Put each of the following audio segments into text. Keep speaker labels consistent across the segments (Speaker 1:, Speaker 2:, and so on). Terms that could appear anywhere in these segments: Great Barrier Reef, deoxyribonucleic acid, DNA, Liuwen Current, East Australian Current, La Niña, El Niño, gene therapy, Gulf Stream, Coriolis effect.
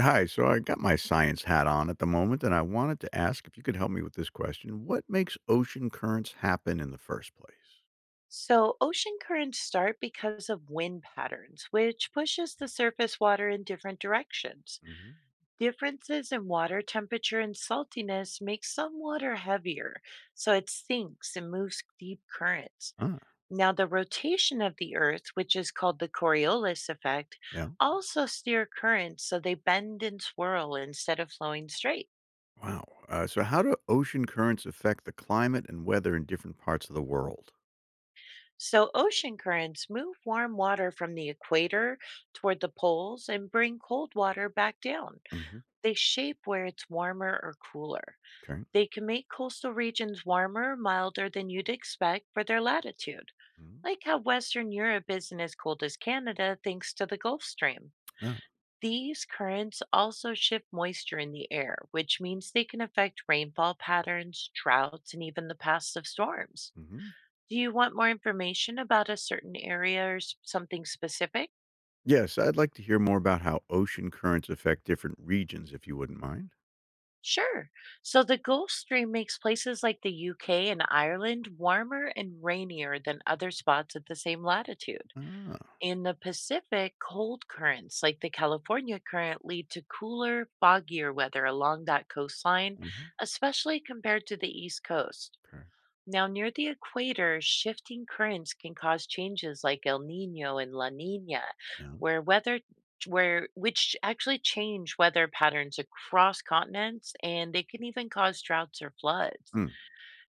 Speaker 1: Hi, so I got my science hat on at the moment, and I wanted to ask if you could help me with this question. What makes ocean currents happen in the first place?
Speaker 2: So, ocean currents start because of wind patterns, which pushes the surface water in different directions.
Speaker 1: Hmm.
Speaker 2: Differences in water temperature and saltiness make some water heavier, so it sinks and moves deep currents.
Speaker 1: Ah,
Speaker 2: Now, the rotation of the Earth, which is called the Coriolis effect,
Speaker 1: yeah.
Speaker 2: also steer currents so they bend and swirl instead of flowing straight.
Speaker 1: Wow. So, how do ocean currents affect the climate and weather in different parts of the world?
Speaker 2: So, ocean currents move warm water from the equator toward the poles and bring cold water back down.
Speaker 1: Hmm.
Speaker 2: They shape where it's warmer or cooler.
Speaker 1: Okay.
Speaker 2: They can make coastal regions warmer, milder than you'd expect for their latitude,
Speaker 1: Hmm.
Speaker 2: like how Western Europe isn't as cold as Canada thanks to the Gulf Stream.
Speaker 1: Oh.
Speaker 2: These currents also shift moisture in the air, which means they can affect rainfall patterns, droughts, and even the paths of storms.
Speaker 1: Hmm.
Speaker 2: Do you want more information about a certain area or something specific?
Speaker 1: Yes, I'd like to hear more about how ocean currents affect different regions, if you wouldn't mind.
Speaker 2: Sure. So the Gulf Stream makes places like the UK and Ireland warmer and rainier than other spots at the same latitude.
Speaker 1: Ah.
Speaker 2: In the Pacific, cold currents like the California current lead to cooler, foggier weather along that coastline,
Speaker 1: Uh-huh.
Speaker 2: especially compared to the East Coast.
Speaker 1: Okay.
Speaker 2: Now, near the equator, shifting currents can cause changes like El Nino and La Nina,
Speaker 1: Yeah.
Speaker 2: where weather where which actually change weather patterns across continents, and they can even cause droughts or floods.
Speaker 1: Hmm.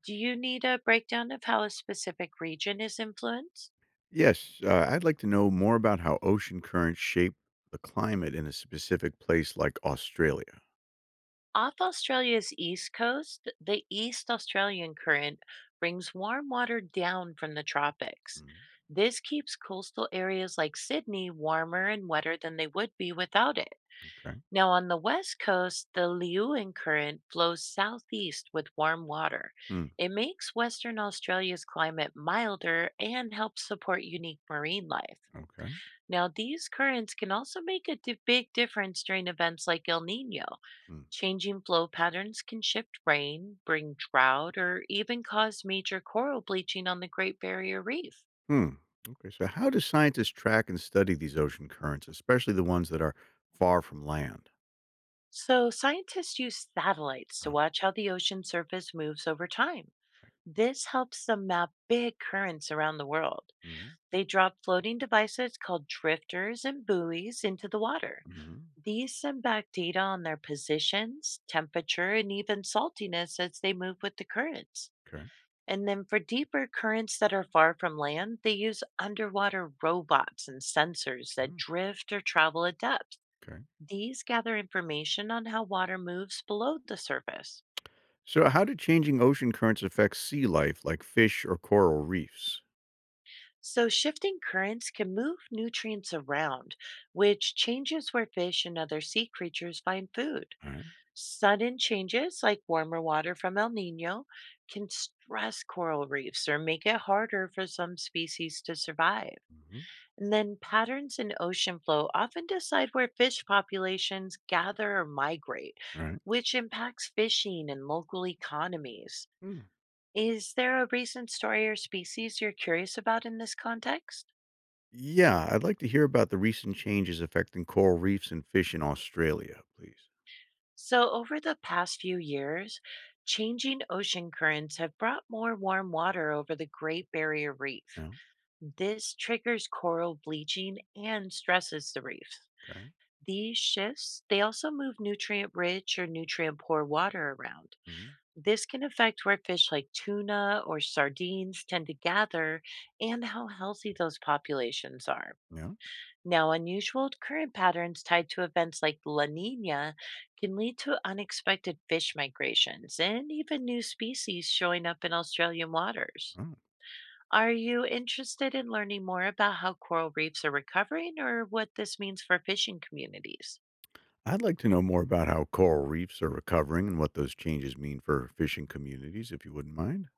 Speaker 2: Do you need a breakdown of how a specific region is influenced?
Speaker 1: Yes, I'd like to know more about how ocean currents shape the climate in a specific place like Australia.
Speaker 2: Off Australia's east coast, the East Australian current brings warm water down from the tropics.
Speaker 1: Mm,
Speaker 2: This keeps coastal areas like Sydney warmer and wetter than they would be without it.
Speaker 1: okay.
Speaker 2: Now, on the west coast, the Liuwen Current flows southeast with warm water.
Speaker 1: Mm,
Speaker 2: It makes Western Australia's climate milder and helps support unique marine life.
Speaker 1: okay.
Speaker 2: Now, these currents can also make a big difference during events like El Nino.
Speaker 1: Mm,
Speaker 2: Changing flow patterns can shift rain, bring drought, or even cause major coral bleaching on the Great Barrier Reef.
Speaker 1: hmm. Okay. So, how do scientists track and study these ocean currents, especially the ones that are far from land?
Speaker 2: So, scientists use satellites to
Speaker 1: Oh,
Speaker 2: watch how the ocean surface moves over time.
Speaker 1: okay.
Speaker 2: This helps them map big currents around the world.
Speaker 1: Hmm.
Speaker 2: They drop floating devices called drifters and buoys into the water.
Speaker 1: Hmm.
Speaker 2: These send back data on their positions, temperature, and even saltiness as they move with the currents.
Speaker 1: Okay.
Speaker 2: And then for deeper currents that are far from land, they use underwater robots and sensors that
Speaker 1: Oh,
Speaker 2: drift or travel at depth.
Speaker 1: okay.
Speaker 2: These gather information on how water moves below the surface.
Speaker 1: So, how do changing ocean currents affect sea life, like fish or coral reefs?
Speaker 2: So, shifting currents can move nutrients around, which changes where fish and other sea creatures find food.
Speaker 1: All right.
Speaker 2: Sudden changes, like warmer water from El Nino, can stress coral reefs or make it harder for some species to survive.
Speaker 1: Mm-hmm.
Speaker 2: And then, patterns in ocean flow often decide where fish populations gather or migrate,
Speaker 1: All right.
Speaker 2: which impacts fishing and local economies.
Speaker 1: Hmm.
Speaker 2: Is there a recent story or species you're curious about in this context?
Speaker 1: Yeah, I'd like to hear about the recent changes affecting coral reefs and fish in Australia, please.
Speaker 2: So, over the past few years, changing ocean currents have brought more warm water over the Great Barrier Reef.
Speaker 1: Yeah.
Speaker 2: This triggers coral bleaching and stresses the reef.
Speaker 1: Okay.
Speaker 2: These shifts, they also move nutrient-rich or nutrient-poor water around.
Speaker 1: Hmm.
Speaker 2: This can affect where fish like tuna or sardines tend to gather and how healthy those populations are.
Speaker 1: Yeah.
Speaker 2: Now, unusual current patterns tied to events like La Nina can lead to unexpected fish migrations and even new species showing up in Australian waters.
Speaker 1: Oh.
Speaker 2: Are you interested in learning more about how coral reefs are recovering or what this means for fishing communities?
Speaker 1: I'd like to know more about how coral reefs are recovering and what those changes mean for fishing communities, if you wouldn't mind.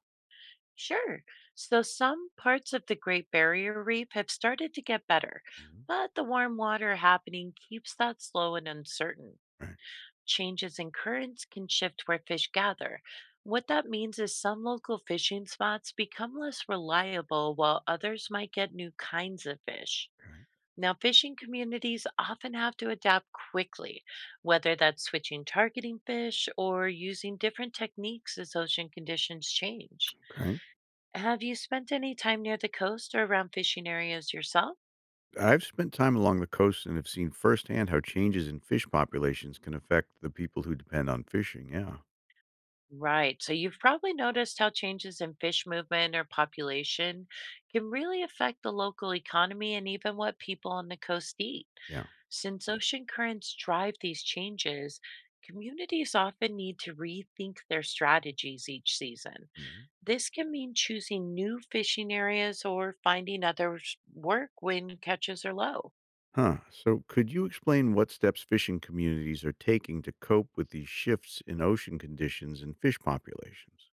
Speaker 2: Sure. So, some parts of the Great Barrier Reef have started to get better,
Speaker 1: Mhm.
Speaker 2: but the warm water happening keeps that slow and uncertain.
Speaker 1: Right.
Speaker 2: Changes in currents can shift where fish gather. What that means is some local fishing spots become less reliable while others might get new kinds of fish.
Speaker 1: Okay.
Speaker 2: Now, fishing communities often have to adapt quickly, whether that's switching targeting fish or using different techniques as ocean conditions change.
Speaker 1: Okay.
Speaker 2: Have you spent any time near the coast or around fishing areas yourself?
Speaker 1: I've spent time along the coast and have seen firsthand how changes in fish populations can affect the people who depend on fishing. Yeah.
Speaker 2: Right. So you've probably noticed how changes in fish movement or population can really affect the local economy and even what people on the coast eat.
Speaker 1: Yeah.
Speaker 2: Since ocean currents drive these changes, communities often need to rethink their strategies each season.
Speaker 1: Mm-hmm.
Speaker 2: This can mean choosing new fishing areas or finding other work when catches are low.
Speaker 1: Huh. So, could you explain what steps fishing communities are taking to cope with these shifts in ocean conditions and fish populations?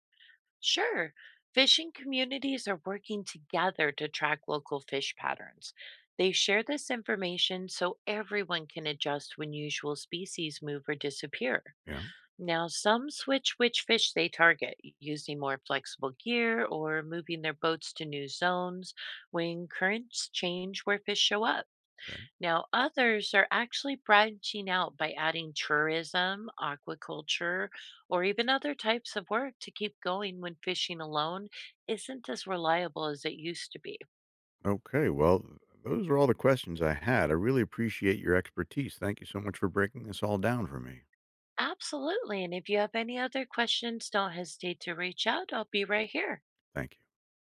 Speaker 2: Sure. Fishing communities are working together to track local fish patterns. They share this information so everyone can adjust when usual species move or disappear.
Speaker 1: Yeah.
Speaker 2: Now, some switch which fish they target using more flexible gear or moving their boats to new zones when currents change where fish show up.
Speaker 1: Okay.
Speaker 2: Now, others are actually branching out by adding tourism, aquaculture, or even other types of work to keep going when fishing alone isn't as reliable as it used to be.
Speaker 1: Okay. Well, those are all the questions I had. I really appreciate your expertise. Thank you so much for breaking this all down for me.
Speaker 2: Absolutely. And if you have any other questions, don't hesitate to reach out. I'll be right here.
Speaker 1: Thank you.